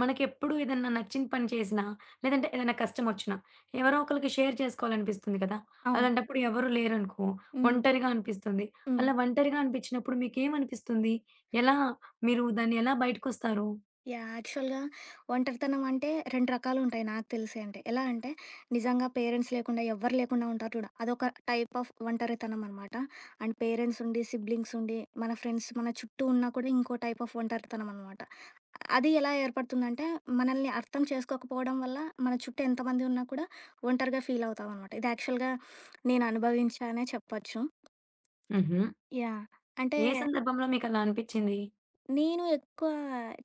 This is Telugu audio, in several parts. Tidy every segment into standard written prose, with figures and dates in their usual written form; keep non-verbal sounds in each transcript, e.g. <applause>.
మనకెప్పుడు ఏదన్నా నచ్చిన పని చేసినా, లేదంటే ఏదైనా కష్టమొచ్చినా, ఎవరో ఒకళ్ళకి షేర్ చేసుకోవాలనిపిస్తుంది కదా! అవును. అలాంటప్పుడు ఎవరు లేరనుకో, హ్మ్. ఒంటరిగా అనిపిస్తుంది. హ్మ్. అలా ఒంటరిగా అనిపించినప్పుడు మీకేమనిపిస్తుంది? ఎలా మీరు దాన్ని ఎలా బయటకొస్తారు? యాహ్! యాక్చువల్‌గా ఒంటరితనం అంటే 2 రకాలుంటాయి నాకు తెలిసి అంటే. ఎలా అంటే నిజంగా పేరెంట్స్ లేకుండా ఎవ్వరు లేకుండా ఉంటారు చూడు. అదొక టైప్ ఆఫ్ ఒంటరితనం అనమాట. అండ్ పేరెంట్స్ ఉండి, సిబ్లింగ్స్ ఉండి, మన ఫ్రెండ్స్ మన చుట్టూ ఉన్నా కూడా ఇంకో టైప్ ఆఫ్ ఒంటరితనం అనమాట. అది ఎలా ఏర్పడుతుందంటే మనల్ని అర్థం చేసుకోకపోవడం వల్ల మన చుట్టూ ఎంతమంది ఉన్నా కూడా ఒంటరిగా ఫీల్ అవుతామనమాట. ఇది యాక్చువల్‌గా నేను అనుభవించా అనే చెప్పొచ్చు. హుహు. యాహ్! అంటే ఏ సందర్భంలో మీకలా అనిపిచ్చింది? నేను ఎక్కువ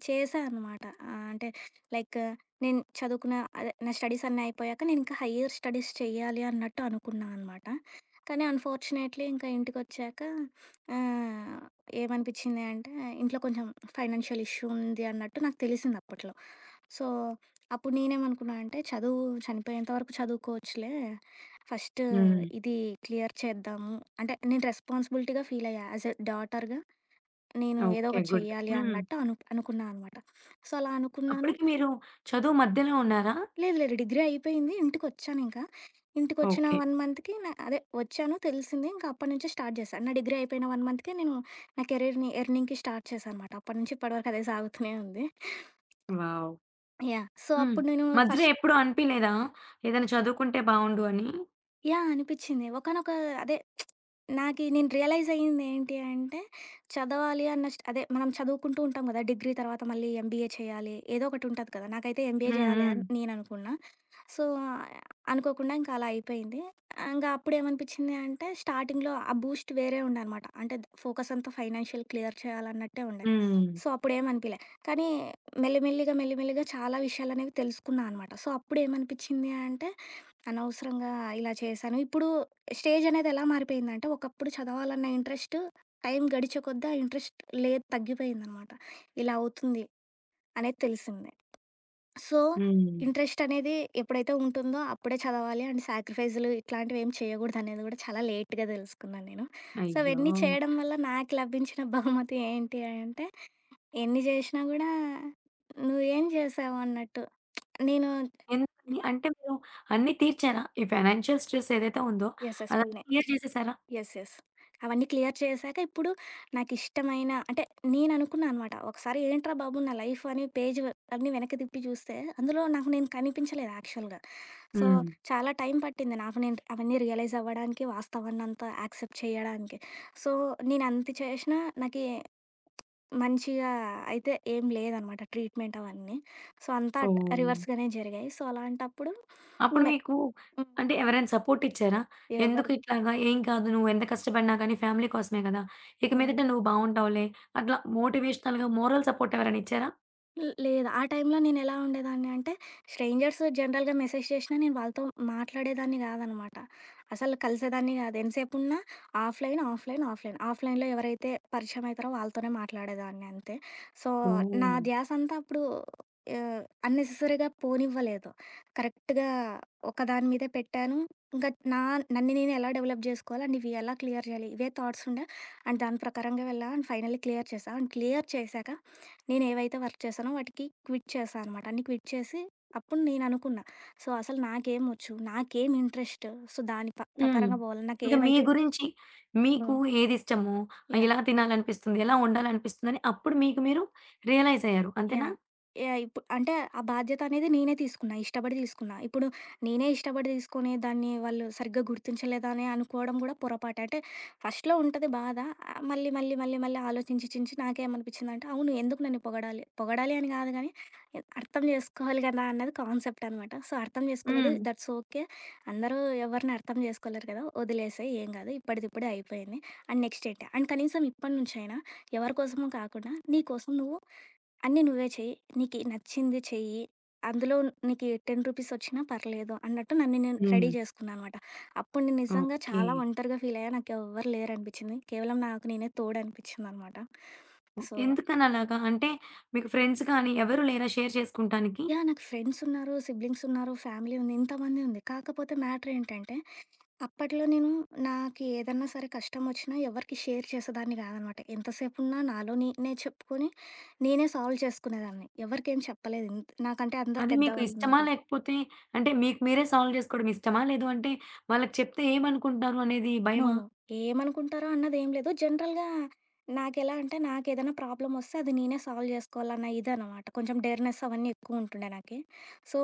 చేశా అనమాట. ఆహ్, అంటే లైక్ నేను చదువుకున్న అదే నా స్టడీస్ అన్నీ అయిపోయాక నేను ఇంకా హైయ్యర్ స్టడీస్ చేయాలి అన్నట్టు అనుకున్నా అనమాట. కానీ అన్‌ఫార్చునేట్‌లీ ఇంకా ఇంటికొచ్చాక ఆహ్, ఏమనిపించింది అంటే ఇంట్లో కొంచెం ఫైనాన్షియల్ ఇష్యూ ఉంది అన్నట్టు నాకు తెలిసింది అప్పట్లో. సో, అప్పుడు నేనేమనుకున్నా అంటే చదువు చనిపోయేంత వరకు చదువుకోవచ్చులే. ఫస్ట్ హ్మ్. ఇది క్లియర్ చేద్దాము. అంటే నేను రెస్పాన్సిబిలిటీగా ఫీల్ అయ్యా యాస్ ఎ డాటర్‌గా నేను ఏదో ఓకే. ఒకటి గుడ్. చెయ్యాలి హ్మ్. అన్నట్టు అనుకున్నా అనమాట. సో, అలా అనుకున్నాను. అప్పటికి మీరు చదువు మధ్యలో ఉన్నారా? లేదు లేదు డిగ్రీ అయిపోయింది. ఇంటికొచ్చానింకా. ఇంటికొచ్చిన ఓకే. 1 మంత్‌కి అదే వచ్చాను తెలిసింది. ఇంకా అప్పటి నుంచే స్టార్ట్ చేశాను. నా డిగ్రీ అయిపోయిన 1 మంత్‌కే నేను నా కెరీర్‌ని ఎర్నింగ్‌కి స్టార్ట్ చేశాననమాట. అప్పటి నుంచి ఇప్పటి వరకు అదే సాగుతూనే ఉంది. వావ్! యాహ్! సో, హ్మ్. అప్పుడు నేను మధ్యలో ఫస్ట్ ఎప్పుడు అనిపియలేదా? ఏదైనా చదువుకుంటే బావుండు అని? యాహ్! అనిపిచ్చింది. ఒకానొక అదే నాకి నేను రియలైజ్ అయ్యిందేంటి అంటే, చదవాలి అన్న అదే మనం చదువుకుంటూ ఉంటాం గదా! డిగ్రీ తర్వాత మళ్ళీ ఎంబీఏ చేయాలి. ఏదో ఒకటుంటది కదా! నాకైతే ఎంబీఏ హ్మ్. జేయాలి హ్మ్. అని నేననుకున్నా. సో, అనుకోకుండా ఇంకా అలా అయిపోయింది. ఇంగ అప్పుడేమనిపిచ్చింది అంటే, స్టార్టింగ్‌లో ఆ బూస్ట్ వేరే ఉండే అనమాట. అంటే ఫోకస్ అంతా ఫైనాన్షియల్ క్లియర్ చేయాలన్నట్టే ఉండే. హ్మ్. సో, అప్పుడేమనిపియలే. కానీ మెల్లిమెల్లిగా, మెల్లిమెల్లిగా చాలా విషయాలనేవి తెలుసుకున్నా అనమాట. సో, అప్పుడేమనిపిచ్చింది అంటే అనవసరంగా ఇలా చేశాను. ఇప్పుడు స్టేజ్ అనేది ఎలా మారిపోయిందంటే, ఒకప్పుడు చదవాలన్న ఇంట్రెస్ట్, టైం గడిచే కొద్దీ ఆ ఇంట్రెస్ట్ లేదు తగ్గిపోయిందనమాట. ఇలా అవుతుంది అనేది తెలిసింది. సో, హ్మ్. ఇంట్రెస్ట్ అనేది ఎప్పుడైతే ఉంటుందో అప్పుడే చదవాలి అండ్ సాక్రిఫైస్‌లు ఇట్లాంటివి ఏమి చేయకూడదనేది కూడా చాలా లేట్‌గా తెలుసుకున్నాను నేను. సో, అయ్యో! అవన్నీ చేయడం వల్ల నాకు లభించిన <laughs> బహుమతి ఏంటి అంటే, ఎన్ని చేసినా కూడా నువ్వేం చేశావు అన్నట్టు. నేను ఎందుకని? అంటే మీరు అన్నీ తీర్చారా? ఈ ఫైనాన్షియల్ స్ట్రెస్ ఏదైతే ఉందో యెస్. యెస్. అదంతా పుణె. క్లియర్ చేసేసారా? యెస్. యెస్. అవన్నీ క్లియర్ చేశాక ఇప్పుడు నాకిష్టమైన అంటే నేననుకున్నా అనమాట. ఒకసారి ఏంట్రా బాబు! నా లైఫ్ అని పేజ్ అన్నీ వెనక్కి తిప్పి చూస్తే అందులో నాకు నేను కనిపించలేదు యాక్చువల్‌గా. సో, హ్మ్. చాలా టైం పట్టింది నాకు నేను అవన్నీ రియలైజ్ అవ్వడానికి, వాస్తవాన్నంతా యాక్సెప్ట్ చేయడానికి. సో, నేనంత చేసినా నాకి మంచిగా అయితే ఏం లేదనమాట ట్రీట్‌మెంట్ అవన్నీ. సో, అంతా ఓహ్! రివర్స్‌గానే జరిగాయి. సో, అలాంటప్పుడు అప్పుడు మె మీకు హ్మ్. అంటే ఎవరైనా సపోర్ట్ ఇచ్చారా? "ఎందుకు ఎవరు ఇట్లాగా? ఏం కాదు. నువ్వు ఎంత కష్టపడినా కానీ ఫ్యామిలీ కోసమే కదా! ఇక హ్మ్. మీదట నువ్వు బావుంటావులే." అట్లా మోటివేషనల్‌గా మోరల్ సపోర్ట్ ఎవరైనా ఇచ్చారా? లేదు. ఆ టైంలో నేనెలా ఉండేదాన్ని అంటే, స్ట్రేంజర్స్ జనరల్‌గా మెసేజ్ చేషినా నేను వాళ్ళతో మాట్లాడేదాన్ని గాదనమాట. అసలు కలిసేదాన్ని గాదు. ఎంతసేపున్నా ఆఫ్‌లైన్, ఆఫ్‌లైన్, ఆఫ్‌లైన్. ఆఫ్‌లైన్‌లో ఎవరైతే పరిచయం అయితారో వాళ్ళతోనే మాట్లాడేదాన్ని అంతే. సో, నా ఓహ్! ధ్యాసంతా అప్పుడు ఆహ్, అన్నెసెసరీగా పోనివ్వలేదు. కరెక్ట్‌గా ఒకదాని మీదే పెట్టాను. ఇంకా నన్ను నేను ఎలా డెవలప్ జేసుకోవాలి అండ్ ఇవి ఎలా క్లియర్ జేయాలి, ఇవే థాట్సుండే. అండ్ దాని ప్రకారంగా వెళ్ళా అండ్ ఫైనల్లీ క్లియర్ చేశా. అండ్ క్లియర్ చేశాక నేనేవైతే వర్క్ చేశానో వాటికి క్విట్ చేశా అనమాట. అన్నీ క్విట్ చేసి, అప్పుడు నేననుకున్నా. సో, అసలు నాకేమొచ్చు? నాకేం ఇంట్రెస్ట్? సో, దాని హ్మ్. ప్రకారంగా పోవాలి. ఇంకా మీ నాకేమైతే గురించి మీకు హ్మ్. ఏదిష్టమో, యాహ్! ఎలా తినాలనిపిస్తుంది, ఎలా ఉండాలనిపిస్తుందని అప్పుడు మీకు మీరు రియలైజ్ అయ్యారు. అంతేనా? యాహ్! యాహ్! ఇప్పుడు అంటే ఆ బాధ్యత అనేది నేనే తీసుకున్నా. ఇష్టపడి తీసుకున్నా. ఇప్పుడు నేనే ఇష్టపడి తీసుకొని దాన్ని వాళ్ళు సరిగ్గా గుర్తించలేదా అని అనుకోవడం కూడా పొరపాటే. అంటే ఫస్ట్‌లో ఉంటది బాధ. ఆహ్, మళ్ళీ, మళ్ళీ, మళ్ళీ, మళ్ళీ ఆలోచించి చించి నాకేమనిపించిందంటే అవును ఎందుకు నన్ను పొగడాలి? పొగడాలి అని కాదు గానీ అర్థం చేసుకోవాలి కదా! అన్నది కాన్సెప్ట్ అనమాట. సో, అర్థం చేసుకోలేదు. హ్మ్. That's okay. అందరూ ఎవరిని అర్థం చేసుకోలేరు కదా! వదిలేసేయి ఏం కాదు. ఇప్పటిదిప్పుడే అయిపోయింది. అండ్ నెక్స్ట్ ఏంటి? అండ్ కనీసం ఇప్పటి నుంచైనా ఎవరి కోసమో కాకుండా నీ కోసం నువ్వు అన్నీ నువ్వే చెయ్యి. నీకు నచ్చింది చెయ్యి. అందులో నీకు 10 రూపీస్ ఒచ్చినా పర్లేదు అన్నట్టు నన్ను నేను రెడీ హ్మ్. జేసుకున్నా అనమాట. అప్పుడు నేను నిజంగా ఓకే. చాలా ఒంటరిగా ఫీలయ్యా. నాకెవ్వరు లేరనిపిచ్చింది. కేవలం నాకు నేనే తోడనిపిచ్చిందనమాట. ఓహ్! సో ఎందుకనలాగా? అంటే మీకు ఫ్రెండ్స్ గానీ ఎవరు లేరా షేర్ చేసుకుంటానికి? యాహ్! నాకు ఫ్రెండ్సున్నారు, సిబ్లింగ్సున్నారు, ఫ్యామిలీ ఉంది. ఇంతమంది ఉంది. కాకపోతే మ్యాటర్ ఏంటంటే, అప్పట్లో నేను నాకు ఏదన్నా సరే కష్టమొచ్చినా ఎవరికీ షేర్ చేసేదాన్ని కాదనమాట. ఎంతసేపున్నా నాలో నేనే చెప్పుకొని, నేనే సాల్వ్ చేసుకునేదాన్ని. ఎవరికేం చెప్పలేదు. నాకంటే అందరు అది మీకు ఇష్టమా? పెద్దవాళ్ళున్నప్పుడు. లేకపోతే అంటే మీకు మీరే సాల్వ్ జేసుకోవడం ఇష్టమా? లేదు అంటే వాళ్ళకి చెప్తే ఏమనుకుంటారు అనేది నో. భయమా? నో. ఏమనుకుంటారో అన్నదేం లేదు. జనరల్‌గా నాకెలా అంటే, నాకేదైనా ప్రాబ్లమ్ వస్తే అది నేనే సాల్వ్ చేసుకోవాలన్న ఇదనమాట. కొంచెం డేర్‌నెస్ అవన్నీ ఎక్కువుంటుండే నాకి. సో,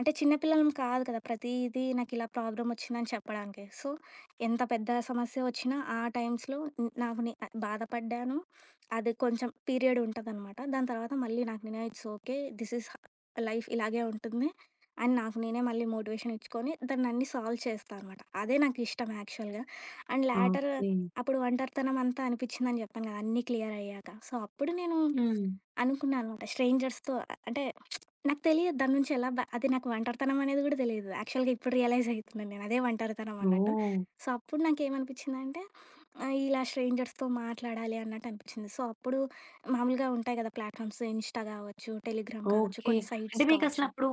అంటే చిన్న పిల్లలం కాదు కదా! ప్రతీదీ నాకిలా ప్రాబ్లమ్ వచ్చిందని చెప్పడానికి. సో, ఎంత పెద్ద సమస్య వచ్చినా ఆ టైమ్స్‌లో నాకు నే బాధపడ్డాను. అది కొంచెం పీరియడ్ ఉంటదనమాట. దాని తర్వాత మళ్ళీ నాకు నేనే it's okay. This is life ఇలాగే ఉంటుంది. అని నాకు నేనే మళ్ళీ మోటివేషన్ ఇచ్చుకొని దాన్నన్ని సాల్వ్ చేస్తా అనమాట. అదే నాకిష్టం యాక్చువల్‌గా. And later okay. అప్పుడు ఒంటరితనం అంతా అనిపిచ్చిందని జెప్పాను గదా! అన్నీ క్లియర్ అయ్యాక. సో, అప్పుడు నేను హ్మ్. అనుకున్నా అనమాట స్ట్రేంజర్స్‌తో అంటే నాకు తెలియదు దాని నుంచి ఎలా అది నాకు ఒంటరితనం అనేది గూడా తెలీదు. యాక్చువల్‌గా ఇప్పుడు రియలైజ్ అయితున్నాను నేను. అదే ఒంటరితనం అన్నట్టు. ఓహ్! సో, అప్పుడు నాకేమనిపిచ్చిందంటే ఆహ్, ఇలా స్ట్రేంజర్స్‌తో మాట్లాడాలి అన్నట్టు అనిపిచ్చింది. సో, అప్పుడు మామూలుగా ఉంటాయి గదా ప్లాట్‌ఫామ్స్ ఇన్‌స్టా గావచ్చు, టెలిగ్రామ్ కావచ్చు, ఓకే. కొన్ని అంటే సైట్స్ కావచ్చు. మీకసలప్పుడు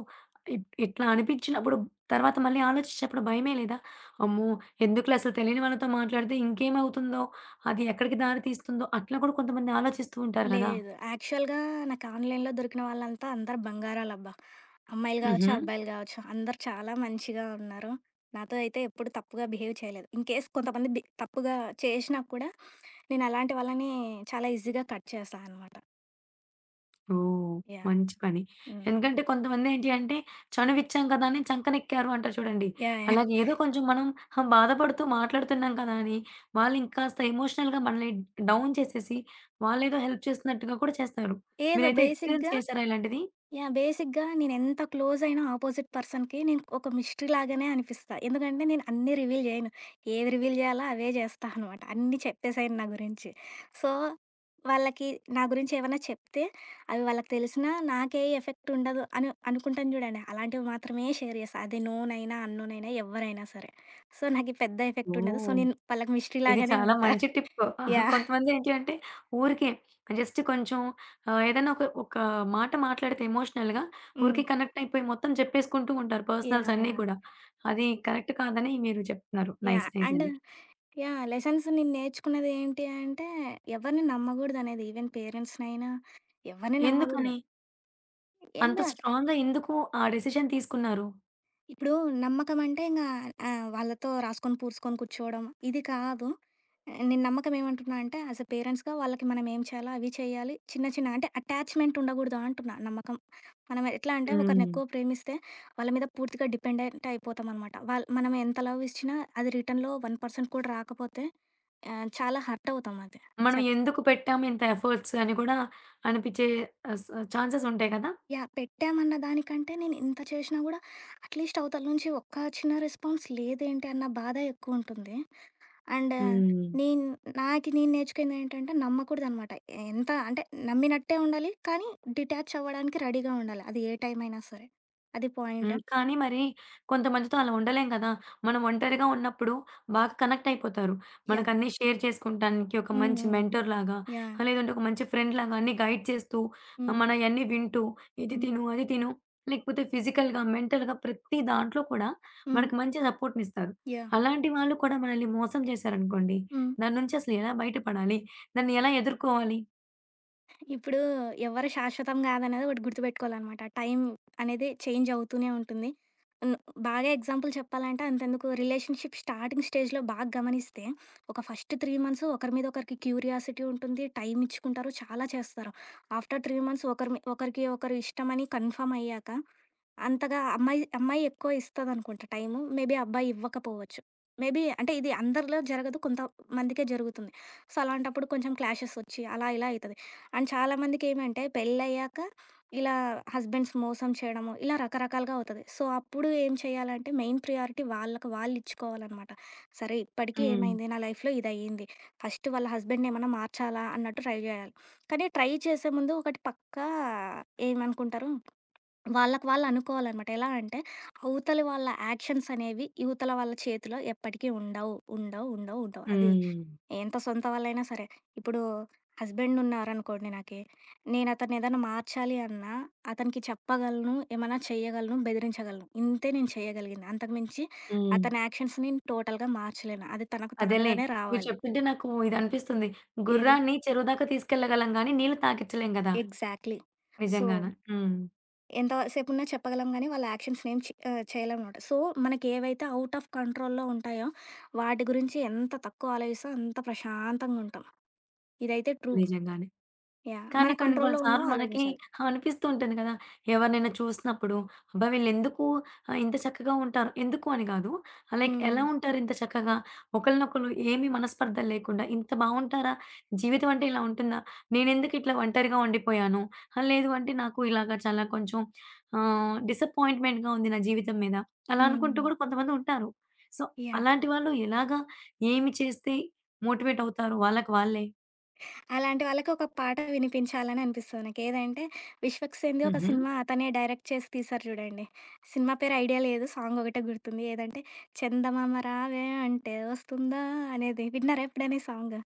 ఇట్లా అనిపించినప్పుడు తర్వాత మళ్ళీ ఆలోచించినప్పుడు భయమే లేదా? అమ్మో! ఎందుకులే అసలు తెలియని వాళ్ళతో మాట్లాడితే ఇంకేమవుతుందో? అది ఎక్కడికి దారి తీస్తుందో? అట్లా కూడా కొంతమంది ఆలోచిస్తూ ఉంటారు గదా! లేదు. యాక్చువల్‌గా నాకు ఆన్‌లైన్‌లో దొరికిన వాళ్ళంతా అందరూ బంగారాలబ్బా! అమ్మాయిలు గావచ్చు, హుహు. అబ్బాయిలు గావచ్చు అందరూ చాలా మంచిగా ఉన్నారు. నాతో అయితే ఎప్పుడు తప్పుగా బిహేవ్ చేయలేదు. ఇన్‌కేస్ కొంతమంది తప్పుగా చేషినా కూడా నేను అలాంటి వాళ్ళని చాలా ఈజీగా కట్ చేస్తా అనమాట. ఓహ్! యాహ్! మంచి పని. హ్మ్. ఎందుకంటే కొంతమందేంటి అంటే, చనువిచ్చాం కదా అని చంకనెక్కారు అంటారు చూడండి. యాహ్! యాహ్! అలాగే ఏదో కొంచెం మనం బాధపడుతూ మాట్లాడుతున్నాం కదా అని, వాళ్ళింకాస్త ఎమోషనల్‌గా మనల్ని డౌన్ చేసేసి, వాళ్ళేదో హెల్ప్ చేస్తున్నట్టుగా కూడా చేస్తారు. ఏదో మీరైతే ఎక్స్‌పీరియన్స్ బేసిక్‌గా చేశారా ఇలాంటిది? యాహ్! బేసిక్‌గా నేనెంత క్లోజ్ అయిన అపోజిట్ పర్సన్‌కి నేను ఒక మిస్టరీ లాగానే అనిపిస్తా. ఎందుకంటే నేను అన్నీ రివీల్ జేయను. ఏవి రివీల్ జేయాలో అవే జేస్తా అనమాట. అన్నీ చెప్పేసేయను నా గురించి. సో, వాళ్ళకి నా గురించి ఏమన్నా చెప్తే అవి వాళ్ళకి తెలిసినా నాకే ఎఫెక్ట్ ఉండదు అని అనుకుంటాను జూడండి. అలాంటివి మాత్రమే షేర్ జేస్తా. అది నోనైనా, అన్నోనైనా ఎవ్వరైనా సరే. సో, నాకి పెద్ద ఎఫెక్ట్ ఉండదు. So, oh! నేను వాళ్ళకి మిస్టరీ ఇది లాగానే చాలా ఉంటా. మంచి టిప్. యాహ్! కొంతమందేంటి అంటే ఊరికే జస్ట్ కొంచెం ఏదైనా ఒక ఒక మాట మాట్లాడితే ఎమోషనల్‌గా హ్మ్. ఊరికే కనెక్ట్ అయిపోయి మొత్తం చెప్పేసుకుంటూ ఉంటారు యాహ్! పర్సనల్స్ అన్నీ యాహ్! కూడా. అది కరెక్ట్ కాదని మీరు చెప్తున్నారు. Nice yeah! నైస్ అండ్ అండి. యాహ్! లెసన్స్ నేను నేర్చుకున్నది ఏంటి అంటే, ఎవరిని నమ్మగూడదనేది. ఈవెన్ పేరెంట్స్‌నైనా ఎవరిని నమ్మగూడదు. ఎందుకని అంత ఏందో స్ట్రాంగ్‌గా ఎందుకు ఆ డెసిషన్ తీసుకున్నారు? ఇప్పుడు నమ్మకం అంటే ఇంగ ఆహ్, వాళ్ళతో రాసుకొని, పూసుకొని కూర్చోవడం ఇది కాదు. ఆ, నేను నమ్మకం ఏమంటున్నా అంటే, యాస్ ఎ పేరెంట్స్‌గా వాళ్ళకి మనం ఏం చేయాలో అవి చేయాలి. చిన్న, చిన్న అంటే అటాచ్‌మెంట్ ఉండగూడదు అంటున్నా నమ్మకం. మనం ఎట్లా అంటే ఒకరిని హ్మ్. ఎక్కువ ప్రేమిస్తే వాళ్ళ మీద పూర్తిగా డిపెండెంట్ అయిపోతామనమాట. మనం ఎంత లవ్ ఇచ్చినా అది రిటర్న్‌లో 1% కూడా రాకపోతే ఆహ్, చాలా హర్ట్ అవుతాం అది. మనం చెప్ ఎందుకు పెట్టాము ఇంత ఎఫర్ట్స్ అని కూడా అనిపించే ఆహ్, ఛాన్సెస్ ఉంటాయి కదా! యాహ్! పెట్టామన్న దానికంటే నేను ఎంత చేషినా గూడా అట్‌లీస్ట్ అవతల నుంచి ఒక్క చిన్న రెస్పాన్స్ లేదేంటి అన్న బాధ ఎక్కువుంటుంది. అండ్ హ్మ్. నేను నాకి నేను నేర్చుకుందేంటంటే నమ్మకూడదనమాట. ఎంత అంటే నమ్మినట్టే ఉండాలి, కానీ డిటాచ్ అవ్వడానికి రెడీగా ఉండాలి. అది ఏ టైం అయినా సరే. అది పాయింట్. హ్మ్. కానీ మరి కొంతమందితో అలా ఉండలేం గదా! మనం ఒంటరిగా ఉన్నప్పుడు బాగా కనెక్ట్ అయిపోతారు. యాహ్! మనకన్నీ షేర్ చేసుకుంటానికి ఒక హ్మ్. మంచి హ్మ్. మెంటర్‌లాగా యాహ్! లేదంటే ఒక మంచి ఫ్రెండ్‌లాగా అన్నీ గైడ్ చేస్తూ హ్మ్. మనయన్నీ వింటూ ఇది హ్మ్. తిను, అది తిను లేకపోతే ఫిజికల్‌గా, మెంటల్‌గా ప్రతి దాంట్లో కూడా హ్మ్. మనకు మంచి సపోర్ట్‌నిస్తారు. యాహ్! అలాంటి వాళ్ళు కూడా మనల్ని మోసం చేశారనుకోండి, హ్మ్. దాని నుంచి అసలు ఎలా బయటపడాలి? దాన్ని ఎలా ఎదుర్కోవాలి? ఇప్పుడు ఎవరు శాశ్వతం కాదనేది ఒకటి గుర్తుపెట్టుకోవాలన్నమాట. టైం అనేది చేంజ్ అవుతూనే ఉంటుంది. ను బాగా ఎగ్జాంపుల్ చెప్పాలంటే అంతెందుకు రిలేషన్‌షిప్ స్టార్టింగ్ స్టేజ్‌లో బాగా గమనిస్తే ఒక ఫస్ట్ 3 మంత్స్ ఒకరి మీద ఒకరికి క్యూరియాసిటీ ఉంటుంది. టైం ఇచ్చుకుంటారు. చాలా చేస్తారు. ఆఫ్టర్ 3 మంత్స్ ఒకరి ఒకరికి ఒకరు ఇష్టమని కన్ఫర్మ్ అయ్యాక అంతగా అమ్మాయి అమ్మాయి ఎక్కువ ఇస్తదనుకుంటా టైము. మేబీ అబ్బాయి ఇవ్వకపోవచ్చు. మేబీ అంటే ఇది అందరిలో జరగదు. కొంతమందికే జరుగుతుంది. సో, అలాంటప్పుడు కొంచెం క్లాషెస్ ఒచ్చి అలా ఇలా అయితది. అండ్ చాలామందికి ఏమంటే పెళ్ళయ్యాక ఇలా హస్బెండ్స్ మోసం చేయడము, ఇలా రకరకాలుగా అవుతది. సో, అప్పుడు ఏం చేయాలంటే మెయిన్ ప్రియారిటీ వాళ్ళకి వాళ్ళు ఇచ్చుకోవాలనమాట. సరే ఇప్పటికి హ్మ్. ఏమైంది? నా లైఫ్‌లో ఇదయ్యింది. ఫస్ట్ వాళ్ళ హస్బెండ్‌ని ఏమన్నా మార్చాలా అన్నట్టు ట్రై జేయాలి. కానీ ట్రై చేసే ముందు ఒకటి పక్కా ఏమనుకుంటారు వాళ్ళకి వాళ్ళు అనుకోవాలనమాట. ఎలా అంటే, అవతలి వాళ్ళ యాక్షన్స్ అనేవి యువతల వాళ్ళ చేతిలో ఎప్పటికీ ఉండవు. ఉండవు, ఉండవు, ఉండవు. అది హ్మ్. ఎంత సొంత వాళ్ళైనా సరే. ఇప్పుడు హస్బెండ్ ఉన్నారనుకోండి నాకి. నేను అతన్ని ఏదైనా మార్చాలి అన్నా, అతనికి చెప్పగలను, ఏమన్నా చేయగలను, బెదిరించగలను. ఇంతే నేను చేయగలిగింది. అంతకు మించి హ్మ్. అతని యాక్షన్స్‌ని నేను టోటల్‌గా మార్చలేను. అది తనకు అదేలే. తానుగానే మీరు రావాలి. చెప్తుంటే నాకు ఇదనిపిస్తుంది. ఏది గుర్రాన్ని చెరువు దాకా తీసుకెళ్లగలం గానీ, నీళ్ళు తాకిచ్చలేం గదా! ఎగ్జాక్ట్‌లీ. సో నిజంగాన. హ్మ్. ఎంత సేపున్నా చెప్పగలం గానీ, వాళ్ళ యాక్షన్స్‌నేం ఆహ్, చేయలేమనమాట. సో, మనకేవైతే ఔట్ ఆఫ్ కంట్రోల్‌లో ఉంటాయో, వాటి గురించి ఎంత తక్కువ ఆలోచిస్తే అంత ప్రశాంతంగుంటాం. ఇదైతే ట్రూ. నిజంగానే. యాహ్! మన కానీ కొన్ని కొన్ని కంట్రోల్‌లో సార్లు ఉన్నవి మనకి ఆలోచించాలి. అనిపిస్తూ ఉంటుంది కదా! ఎవరినైనా చూసినప్పుడు, అబ్బా! వీళ్ళెందుకు ఇంత చక్కగా ఉంటారు. ఎందుకు అని కాదు. లైక్ హ్మ్. ఎలా ఉంటారు ఇంత చక్కగా? ఒకళ్ళనొకళ్ళు ఏమి మనస్పర్ధలు లేకుండా ఇంత బావుంటారా? జీవితం అంటే ఇలా ఉంటుందా? నేనెందుకు ఇట్లా ఒంటరిగా ఉండిపోయాను. లేదు అంటే నాకు ఇలాగ చాలా కొంచెం డిసప్పాయింట్‌మెంట్‌గా ఉంది నా జీవితం మీద. అలా అనుకుంటూ హ్మ్. కూడా కొంతమంది ఉంటారు. So, yeah! అలాంటి వాళ్ళు ఎలాగా? ఏమి చేస్తే మోటివేట్ అవుతారు వాళ్ళకి వాళ్ళే? అలాంటి వాళ్ళకి ఒక పాట వినిపించాలని అనిపిస్తది నాకు. ఏదంటే, 'విశ్వక్సేన్‌ది' ఒక హుహు. సినిమా అతనే డైరెక్ట్ చేసి తీశారు చూడండి. సినిమా పేరు ఐడియా లేదు. సాంగ్ ఒకటే గుర్తుంది. ఏదంటే, 'చందమామ రావే అంటే వస్తుందా' అనేది. విన్నారా ఎప్పుడైనా ఈ సాంగ్?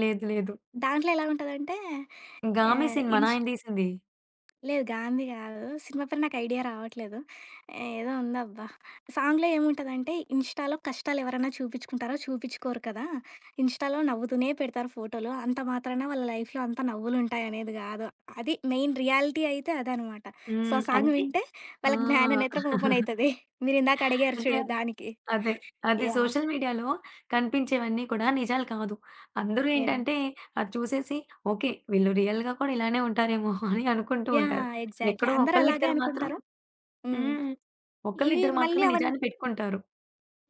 లేదు. లేదు. దాంట్లో ఎలా ఉంటదంటే 'గామి' యాహ్! సినిమానా ఆయన తీసింది? లేదు 'గాంధీ' గాదు. సినిమా పేరు నాకు ఐడియా రావట్లేదు. ఏదో ఉందబ్బా! సాంగ్‌లో ఏముంటదంటే, ఇన్‌స్టాలో కష్టాలెవరైనా చూపిచ్చుకుంటారో చూపిచ్చుకోరు కదా! ఇన్‌స్టాలో నవ్వుతూనే పెడతారు ఫోటోలు. అంత మాత్రాన వాళ్ళ లైఫ్‌లో అంత నవ్వులుంటాయనేది గాదు. అది మెయిన్ రియాలిటీ అయితే అదనమాట. సో, హ్మ్. ఆ సాంగ్ అంటే వింటే ఆ! వాళ్ళకి జ్ఞాననేత్రం ఓపెన్ అయితది. మీరిందాక అడిగారు అంటే చూడు దానికి. అదే. అదే యాహ్! సోషల్ మీడియాలో కనిపించేవన్నీ కూడా నిజాలు కాదు. అందరూ యాహ్! ఏంటంటే అది చూసేసి ఓకే. వీళ్ళు రియల్‌గా కూడా ఇలానే ఉంటారేమో <laughs> అని అనుకుంటూ ఉంటారు. యాహ్! ఎగ్జాక్ట్‌లీ. ఎక్కడో అందరూ అలాగే ఒకళ్ళిద్దరు మాత్రం అనుకుంటారు. హ్మ్. హ్మ్. ఇవి ఒకళ్ళిద్దరు మళ్ళీ మాత్రమే నిజాన్ని పెట్టుకుంటారు.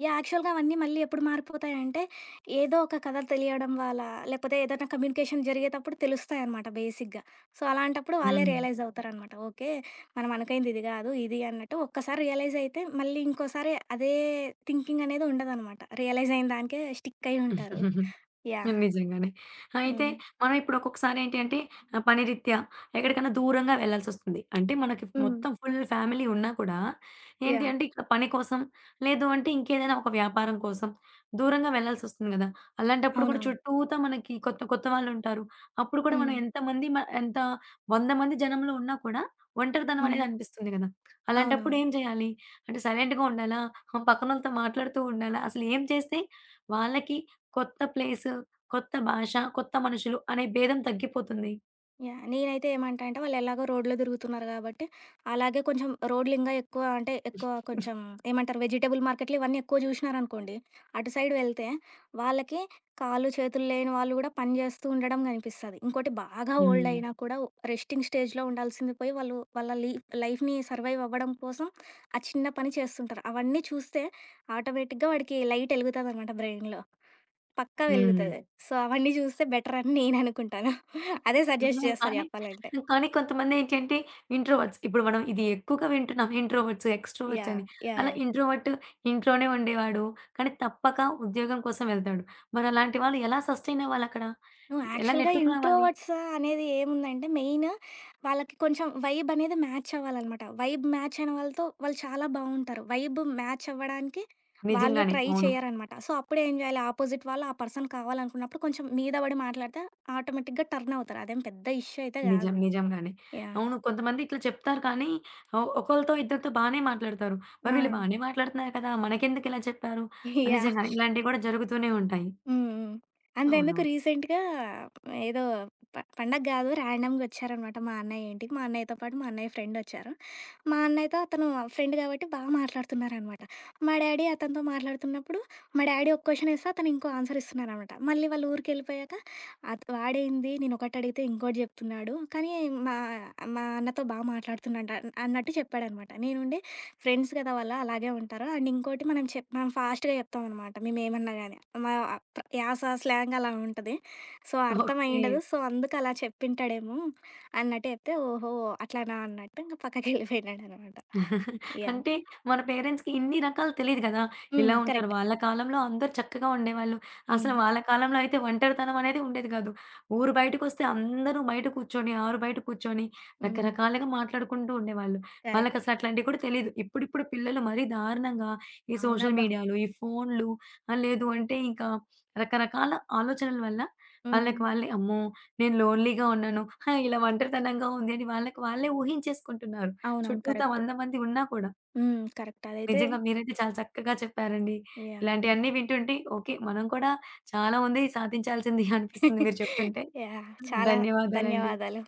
యాక్చువల్‌గా అవన్నీ మళ్ళీ ఎప్పుడు మారిపోతాయంటే, ఏదో ఒక కథ తెలియడం వల్ల, లేకపోతే ఏదైనా కమ్యూనికేషన్ జరిగేతప్పుడు తెలుస్తాయనమాట బేసిక్‌గా. సో, అలాంటప్పుడు వాళ్ళే హ్మ్. రియలైజ్ అవుతారనమాట. ఓకే. మనం అనుకైంది ఇది గాదు, ఇది అన్నట్టు ఒక్కసారి రియలైజ్ అయితే, మళ్ళీ ఇంకోసారి అదే థింకింగ్ అనేది ఉండదనమాట. రియలైజ్ అయిన దానికే స్టిక్ అయ్యి ఉంటారు. <laughs> యాహ్! నిజంగానే. అయితే హ్మ్. మనం ఇప్పుడు ఒక్కొక్కసారి ఏంటి అంటే పని రీత్యా ఎక్కడికైనా దూరంగా వెళ్ళాల్సొస్తుంది. అంటే మనకి హ్మ్. మొత్తం ఫుల్ ఫ్యామిలీ ఉన్నా కూడా ఏంటి యాహ్! అంటే ఇట్లా పని కోసం లేదు అంటే ఇంకేదైనా ఒక వ్యాపారం కోసం దూరంగా వెళ్ళాల్సొస్తుంది గదా! అలాంటప్పుడు కూడా అవునవును. చుట్టూతా మనకి కొత్త కొత్త వాళ్ళుంటారు. అప్పుడు కూడా మనం హ్మ్. ఎంతమంది మ ఎంత 100 మంది జనంలో ఉన్నా కూడా ఒంటరితనం హ్మ్. అనేది అనిపిస్తుంది గదా! అలాంటప్పుడు అవునవును. ఏం చేయాలి? అంటే సైలెంట్‌గా ఉండాలా? పక్కనోళ్ళతో మాట్లాడుతూ ఉండాలా? అసలు ఏం చేస్తే వాళ్ళకి కొత్త ప్లేసు కొత్త భాష, కొత్త మనుషులు అనే భేదం తగ్గిపోతుంది. యాహ్! నేనైతే ఏమంటా అంటే వాళ్ళు ఎలాగో రోడ్లో తిరుగుతున్నారు గాబట్టి, అలాగే కొంచెం రోడ్లు ఇంగా ఎక్కువ అంటే ఎక్కువ హ్మ్. కొంచెం ఏమంటారు వెజిటబుల్ మార్కెట్లు ఇవన్నీ ఎక్కువ జూషినారనుకోండి, అటు సైడ్ వెళ్తే వాళ్ళకి కాళ్ళు, చేతులు లేని వాళ్ళు గూడా పని జేస్తూ ఉండడం గనిపిస్తది. ఇంకోటి బాగా ఓల్డ్ హ్మ్. అయినా కూడా రెస్టింగ్ స్టేజ్‌లో ఉండాల్సింది పోయి వాళ్ళు వాళ్ళ లైఫ్‌ని సర్వైవ్ అవ్వడం కోసం ఆ చిన్న పని చేస్తుంటారు. అవన్నీ చూస్తే ఆటోమేటిక్‌గా వాడికి లైట్ ఎలుగుతదనమాట బ్రెయిన్‌లో. పక్కా వెలుగుతది. సో, అవన్నీ జూస్తే బెటర్ అని నేననుకుంటాను. అదే <laughs> సజెస్ట్ హ్మ్. చేస్తా కానీ, చెప్పాలంటే. కానీ కొంతమంది ఏంటంటే ఇంట్రోవర్ట్స్. ఇప్పుడు మనం ఇది ఎక్కువగా వింటున్నాం ఇంట్రోవర్ట్స్, ఎక్స్‌ట్రోవర్ట్స్ యాహ్! అని. యాహ్! అలా యాహ్! ఇంట్రోవర్ట్ ఇంట్లోనే ఉండేవాడు. కానీ తప్పక ఉద్యోగం కోసం వెళ్తాడు. మరి అలాంటి వాళ్ళు ఎలా సస్టైన్ అవ్వాలక్కడ? నువ్వు ఎలా యాక్చువల్‌గా నెట్టుకు రావాలి? ఇంట్రోవర్ట్సా అనేది ఏముందంటే మెయిన్ వాళ్ళకి కొంచెం వైబ్ అనేది మ్యాచ్ అవ్వాలనమాట. వైబ్ మ్యాచ్ అయిన వాళ్ళతో వాళ్ళు చాలా బావుంటారు. వైబ్ మ్యాచ్ అవ్వడానికి వాళ్ళు నిజంగానే. ట్రై అవును. చేయరనమాట. సో, అప్పుడు ఏం చేయాలి ఆపోజిట్ వాళ్ళు ఆ పర్సన్ కావాలనుకున్నప్పుడు కొంచెం మీద పడి మాట్లాడితే ఆటోమేటిక్‌గా టర్న్ అవుతారు. అదేం పెద్ద ఇష్యూ అయితే నిజం. కాదు. నిజంగానే. యాహ్! అవును. కొంతమంది ఇట్లా చెప్తారు కానీ ఒకళ్ళతో ఇద్దరితో బానే మాట్లాడతారు. మరి ఆ! వీళ్ళు బానే మాట్లాడుతున్నారు కదా! మనకెందుకిలా చెప్పారు? నిజంగానే యాహ్! ఇలాంటివి కూడా జరుగుతూనే ఉంటాయి. హ్మ్. హ్మ్. అంతెందుకు అవునవును. రీసెంట్‌గా ఏదో పండగ గాదు ర్యాండమ్‌గా ఒచ్చారనమాట మా అన్నయ్య ఇంటికి. మా అన్నయ్యతో పాటు మా అన్నయ్య ఫ్రెండొచ్చారు. మా అన్నయ్యతో అతను ఫ్రెండ్ గాబట్టి బా మాట్లాడుతున్నారనమాట. మా డ్యాడీ అతనితో మాట్లాడుతున్నప్పుడు మా డ్యాడీ ఒక క్వెషనేస్తే అతను ఇంకో ఆన్సర్ ఇస్తున్నారనమాట. మళ్ళీ వాళ్ళ ఊరికెళ్ళిపోయాక వాడేంది నేనొకటడిగితే ఇంకోటి జెప్తున్నాడు. కానీ మా మా అన్నతో బా మాట్లాడుతున్నాడు అన్నట్టు చెప్పాడనమాట. నేనుండి ఫ్రెండ్స్ కదా వాళ్ళు అలాగే ఉంటారు. అండ్ ఇంకోటి మనం మనం ఫాస్ట్‌గా చెప్తామనమాట మేమేమన్నా గాని. మా యాస, స్లాంగ్ అలా ఉంటది. సో, అర్థం ఓకే. అయ్యుండదు. హ్మ్. సో, అందుకు అలా చెప్పింటాడేమో అన్నట్టు చెప్తే, ఓహో! అట్లానా అన్నట్టు ఇంక పక్కకెళ్ళిపోయినాడనమాట. యాహ్! అంటే మన పేరెంట్స్‌కి ఇన్ని రకాలు తెలీదు గదా! ఇలా హ్మ్. ఉంటారు. కరెక్ట్. వాళ్ళ కాలంలో అందరూ చక్కగా ఉండేవాళ్ళు. అసలు హ్మ్. వాళ్ళ కాలంలో అయితే ఒంటరితనం అనేది ఉండేది గాదు. ఊరు బయటకొస్తే అందరూ బయట కూర్చొని, ఆరు బయట కూర్చొని హ్మ్. రకరకాలుగా మాట్లాడుకుంటూ ఉండేవాళ్ళు. కరెక్ట్. వాళ్ళకసలు అట్లాంటివి కూడా తెలీదు. ఇప్పుడిప్పుడు పిల్లలు మరీ దారుణంగా ఈ సోషల్ అవునబ్బా! మీడియాలు, ఈ ఫోన్లు లేదు అంటే ఇంకా రకరకాల ఆలోచనల వల్ల హ్మ్. వాళ్ళకి వాళ్ళే అమ్మో! నేను లోన్‌లీగా ఉన్నాను. హా! ఇలా ఒంటరితనంగా ఉంది అని వాళ్ళకి వాళ్ళే ఊహించేసుకుంటున్నారు. అవునవును. చుట్టూతా కరెక్ట్. 100 మంది ఉన్నా కూడా. హ్మ్. కరెక్ట్. అదైతే నిజంగా మీరైతే చాలా చక్కగా చెప్పారండి. యాహ్! యాహ్! ఇలాంటియన్నీ వింటుంటే ఓకే. మనం కూడా చాలా ఉంది సాధించాల్సింది అనిపిస్తుంది మీరు చెప్తుంటే. <laughs> చాలా ధన్యవాదాలండి. ధన్యవాదాలు.